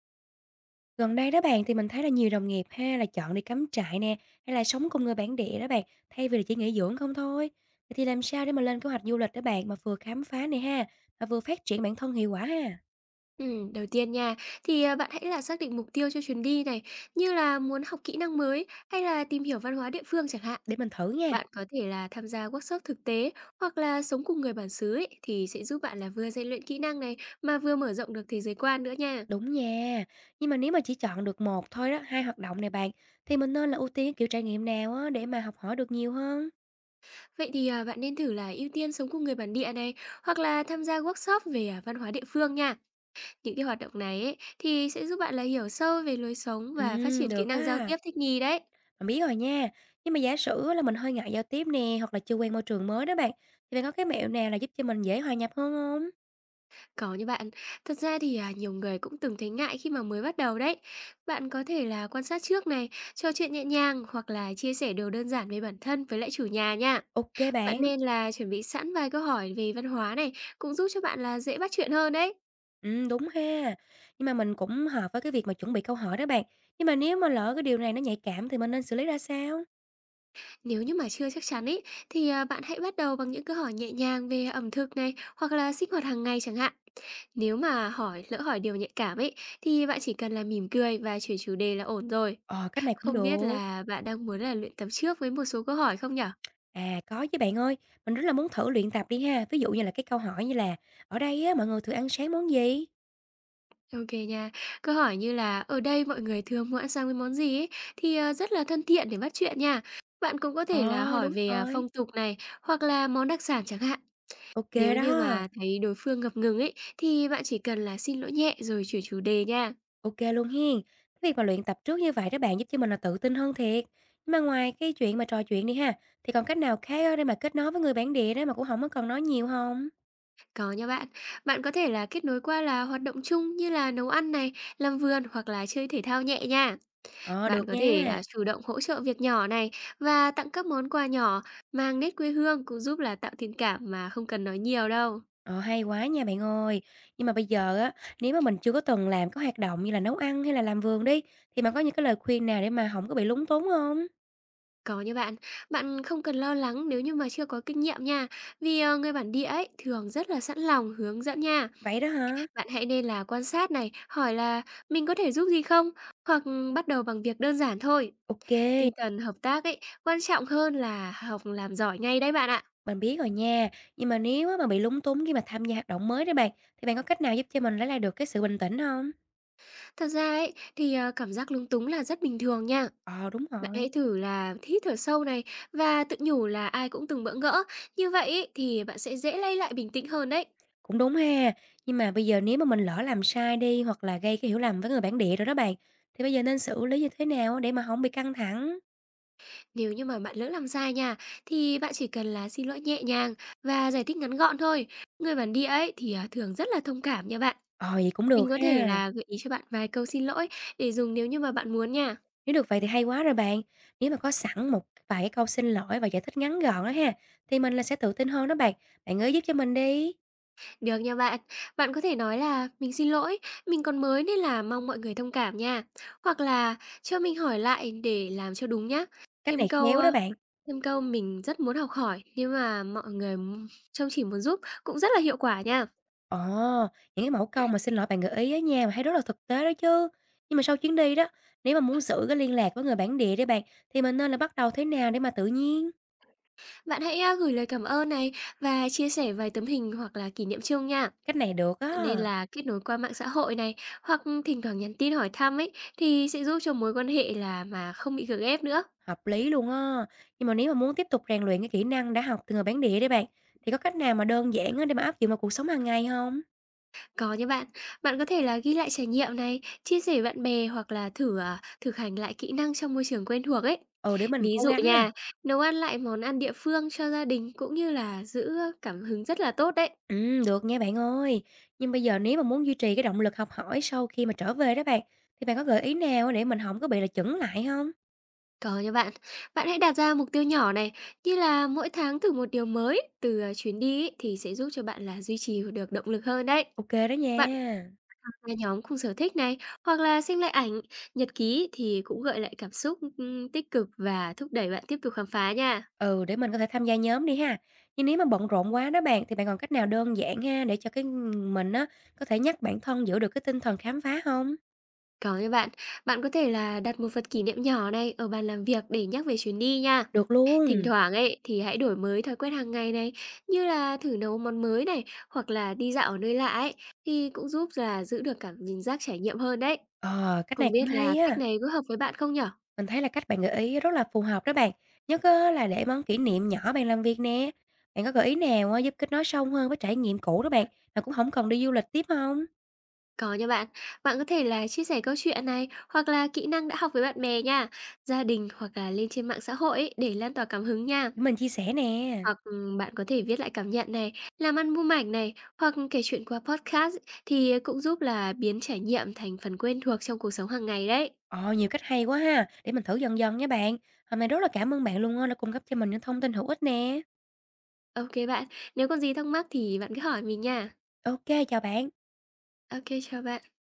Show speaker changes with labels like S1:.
S1: Gần đây đó bạn thì mình thấy là nhiều đồng nghiệp ha là chọn đi cắm trại nè, hay là sống cùng người bản địa đó bạn, thay vì là chỉ nghỉ dưỡng không thôi. Vậy thì làm sao để mà lên kế hoạch du lịch đó bạn mà vừa khám phá này ha, mà vừa phát triển bản thân hiệu quả ha?
S2: Đầu tiên nha, bạn hãy là xác định mục tiêu cho chuyến đi này, như là muốn học kỹ năng mới hay là tìm hiểu văn hóa địa phương chẳng hạn.
S1: Để mình thử nha.
S2: Bạn có thể là tham gia workshop thực tế hoặc là sống cùng người bản xứ ấy, thì sẽ giúp bạn là vừa rèn luyện kỹ năng này mà vừa mở rộng được thế giới quan nữa nha.
S1: Đúng nha. Nhưng mà nếu mà chỉ chọn được một thôi đó, hai hoạt động này bạn, thì mình nên là ưu tiên cái kiểu trải nghiệm nào á để mà học hỏi được nhiều hơn?
S2: Vậy thì, bạn nên thử là ưu tiên sống cùng người bản địa này hoặc là tham gia workshop về văn hóa địa phương nha. Những cái hoạt động này ấy, thì sẽ giúp bạn là hiểu sâu về lối sống
S1: Ừ,
S2: và phát triển kỹ
S1: được
S2: năng giao
S1: á.
S2: tiếp thích nghi đấy.
S1: Mình biết rồi nha. Nhưng mà giả sử là mình hơi ngại giao tiếp nè, hoặc là chưa quen môi trường mới đó bạn, thì bạn có cái mẹo nào là giúp cho mình dễ hòa nhập hơn không?
S2: Có như bạn. Thật ra thì, nhiều người cũng từng thấy ngại khi mà mới bắt đầu đấy. Bạn có thể là quan sát trước này, trò chuyện nhẹ nhàng hoặc là chia sẻ điều đơn giản về bản thân với lại chủ nhà nha.
S1: OK
S2: Bạn
S1: bạn.
S2: nên là chuẩn bị sẵn vài câu hỏi về văn hóa này, cũng giúp cho bạn là dễ bắt chuyện hơn đấy.
S1: Đúng ha. Nhưng mà mình cũng hợp với cái việc mà chuẩn bị câu hỏi đó bạn. Nhưng mà nếu mà lỡ cái điều này nó nhạy cảm thì mình nên xử lý ra sao?
S2: Nếu như mà chưa chắc chắn ấy, thì bạn hãy bắt đầu bằng những câu hỏi nhẹ nhàng về ẩm thực này, hoặc là sinh hoạt hàng ngày chẳng hạn. Nếu mà hỏi lỡ hỏi điều nhạy cảm ấy, thì bạn chỉ cần là mỉm cười và chuyển chủ đề là ổn rồi.
S1: Ờ, cách này cũng
S2: Không biết
S1: được.
S2: là bạn đang muốn là luyện tập trước với một số câu hỏi không nhỉ?
S1: À, có chứ bạn ơi. Mình rất là muốn thử luyện tập đi ha. Ví dụ như là cái câu hỏi như là "Ở đây á, mọi người thường ăn sáng món gì?"
S2: OK nha. Câu hỏi như là "Ở đây mọi người thường hoãn sang với món gì ấy?" thì rất là thân thiện để bắt chuyện nha. Bạn cũng có thể là
S1: Ờ,
S2: hỏi
S1: đúng
S2: về
S1: rồi.
S2: phong tục này, hoặc là món đặc sản chẳng hạn.
S1: OK
S2: Nếu như
S1: đó.
S2: mà thấy đối phương ngập ngừng ấy, thì bạn chỉ cần là xin lỗi nhẹ rồi chuyển chủ đề nha.
S1: OK luôn hen. Cái việc mà luyện tập trước như vậy đó bạn giúp cho mình là tự tin hơn thiệt. Nhưng mà ngoài cái chuyện mà trò chuyện đi ha, thì còn cách nào khác á để mà kết nối với người bản địa đó mà cũng không có cần nói nhiều không?
S2: Có nha bạn. Bạn có thể là kết nối qua là hoạt động chung như là nấu ăn này, làm vườn hoặc là chơi thể thao nhẹ nha.
S1: Ờ, được
S2: Bạn có thể
S1: nha.
S2: chủ động hỗ trợ việc nhỏ này và tặng các món quà nhỏ mang nét quê hương cũng giúp là tạo thiện cảm mà không cần nói nhiều đâu.
S1: Ờ, hay quá nha bạn ơi. Nhưng mà bây giờ á, nếu mà mình chưa có từng làm cái hoạt động như là nấu ăn hay là làm vườn đi, thì mà có những cái lời khuyên nào để mà không có bị lúng túng không?
S2: Có nha bạn, bạn không cần lo lắng nếu như mà chưa có kinh nghiệm nha, vì người bản địa ấy thường rất là sẵn lòng hướng dẫn nha.
S1: Vậy đó hả?
S2: Bạn hãy nên là quan sát này, hỏi là "Mình có thể giúp gì không?" hoặc bắt đầu bằng việc đơn giản thôi.
S1: OK.
S2: Tinh thần hợp tác ấy quan trọng hơn là học làm giỏi ngay đấy bạn ạ.
S1: Mình biết rồi nha. Nhưng mà nếu á mà bị lúng túng khi mà tham gia hoạt động mới đó bạn, thì bạn có cách nào giúp cho mình lấy lại được cái sự bình tĩnh không?
S2: Thật ra ấy thì, cảm giác lúng túng là rất bình thường nha.
S1: Ờ, đúng
S2: Bạn
S1: rồi,
S2: hãy thử là hít thở sâu này và tự nhủ là ai cũng từng bỡ ngỡ. Như vậy ý, thì bạn sẽ dễ lấy lại bình tĩnh hơn đấy.
S1: cũng đúng ha. Nhưng mà bây giờ nếu mà mình lỡ làm sai đi, hoặc là gây cái hiểu lầm với người bản địa rồi đó bạn, thì bây giờ nên xử lý như thế nào để mà không bị căng thẳng?
S2: Nếu như mà bạn lỡ làm sai nha, thì bạn chỉ cần là xin lỗi nhẹ nhàng và giải thích ngắn gọn thôi. Người bản địa ấy thì thường rất là thông cảm nha bạn.
S1: Ờ, vậy cũng
S2: Mình
S1: được
S2: có thể
S1: ha.
S2: là gợi ý cho bạn vài câu xin lỗi để dùng nếu như mà bạn muốn nha.
S1: Nếu được vậy thì hay quá rồi bạn. Nếu mà có sẵn một vài cái câu xin lỗi và giải thích ngắn gọn á ha, thì mình là sẽ tự tin hơn đó bạn. Bạn gợi ý giúp cho mình đi.
S2: Được nha bạn. Bạn có thể nói là "Mình xin lỗi, mình còn mới nên là mong mọi người thông cảm nha." Hoặc là "Cho mình hỏi lại để làm cho đúng nhá."
S1: Cách này
S2: Thêm câu,
S1: khéo đó
S2: ơ,
S1: bạn.
S2: thêm câu "Mình rất muốn học hỏi nhưng mà mọi người trông chỉ muốn giúp" cũng rất là hiệu quả nha.
S1: Ồ, những cái mẫu câu mà xin lỗi bạn gợi ý ở nhà mà thấy rất là thực tế đó chứ. Nhưng mà sau chuyến đi đó, nếu mà muốn giữ cái liên lạc với người bản địa đấy bạn, thì mình nên là bắt đầu thế nào để mà tự nhiên?
S2: Bạn hãy gửi lời cảm ơn này và chia sẻ vài tấm hình hoặc là kỷ niệm chung nha.
S1: Cách này được
S2: Nên
S1: á,
S2: là kết nối qua mạng xã hội này, hoặc thỉnh thoảng nhắn tin hỏi thăm ấy, thì sẽ giúp cho mối quan hệ là mà không bị gượng ép nữa.
S1: hợp lý luôn á. Nhưng mà nếu mà muốn tiếp tục rèn luyện cái kỹ năng đã học từ người bản địa đấy bạn, thì có cách nào mà đơn giản á để mà áp dụng vào cuộc sống hàng ngày không?
S2: Có nha bạn. Bạn có thể là ghi lại trải nghiệm này, chia sẻ với bạn bè hoặc là thử thực hành lại kỹ năng trong môi trường quen thuộc ấy.
S1: Ừ, để mình
S2: Ví
S1: cố
S2: dụ
S1: gắng nè.
S2: nha, nấu ăn lại món ăn địa phương cho gia đình cũng như là giữ cảm hứng rất là tốt đấy.
S1: Được nha bạn ơi. Nhưng bây giờ nếu mà muốn duy trì cái động lực học hỏi sau khi mà trở về đó bạn, thì bạn có gợi ý nào để mình không có bị là chững lại không?
S2: Có nha bạn. Bạn hãy đặt ra mục tiêu nhỏ này, như là mỗi tháng thử một điều mới từ chuyến đi ấy, thì sẽ giúp cho bạn là duy trì được động lực hơn đấy.
S1: OK đó
S2: Bạn
S1: nha.
S2: tham gia nhóm cùng sở thích này, hoặc là xem lại ảnh, nhật ký thì cũng gợi lại cảm xúc, tích cực và thúc đẩy bạn tiếp tục khám phá nha.
S1: Ừ, để mình có thể tham gia nhóm đi ha. Nhưng nếu mà bận rộn quá đó bạn, thì bạn còn cách nào đơn giản ha, để cho cái mình á, có thể nhắc bản thân giữ được cái tinh thần khám phá không?
S2: Có nha bạn, bạn có thể là đặt một vật kỷ niệm nhỏ này ở bàn làm việc để nhắc về chuyến đi nha.
S1: Được
S2: Thỉnh
S1: luôn.
S2: thoảng ấy thì hãy đổi mới thói quen hàng ngày này, như là thử nấu món mới này hoặc là đi dạo ở nơi lạ ấy thì cũng giúp là giữ được cảm giác trải nghiệm hơn đấy.
S1: Ờ, cách này
S2: Không biết
S1: cũng
S2: là
S1: hay
S2: cách
S1: á.
S2: này có hợp với bạn không nhở?
S1: Mình thấy là cách bạn gợi ý rất là phù hợp đó bạn, nhất á là để món kỷ niệm nhỏ bàn làm việc nè. Bạn có gợi ý nào á giúp kết nối sâu hơn với trải nghiệm cũ đó bạn, mà cũng không cần đi du lịch tiếp không?
S2: Có nha bạn. Bạn có thể là chia sẻ câu chuyện này hoặc là kỹ năng đã học với bạn bè nha, gia đình hoặc là lên trên mạng xã hội ấy để lan tỏa cảm hứng nha.
S1: Để mình chia sẻ nè.
S2: Hoặc bạn có thể viết lại cảm nhận này, làm album ảnh này hoặc kể chuyện qua podcast thì cũng giúp là biến trải nghiệm thành phần quen thuộc trong cuộc sống hàng ngày đấy.
S1: Ồ, nhiều cách hay quá ha, để mình thử dần dần nha bạn. Hôm nay rất là cảm ơn bạn luôn á đã cung cấp cho mình những thông tin hữu ích nè.
S2: Ok bạn, nếu còn gì thắc mắc thì bạn cứ hỏi mình nha.
S1: OK, chào bạn.
S2: Ok, chào bạn.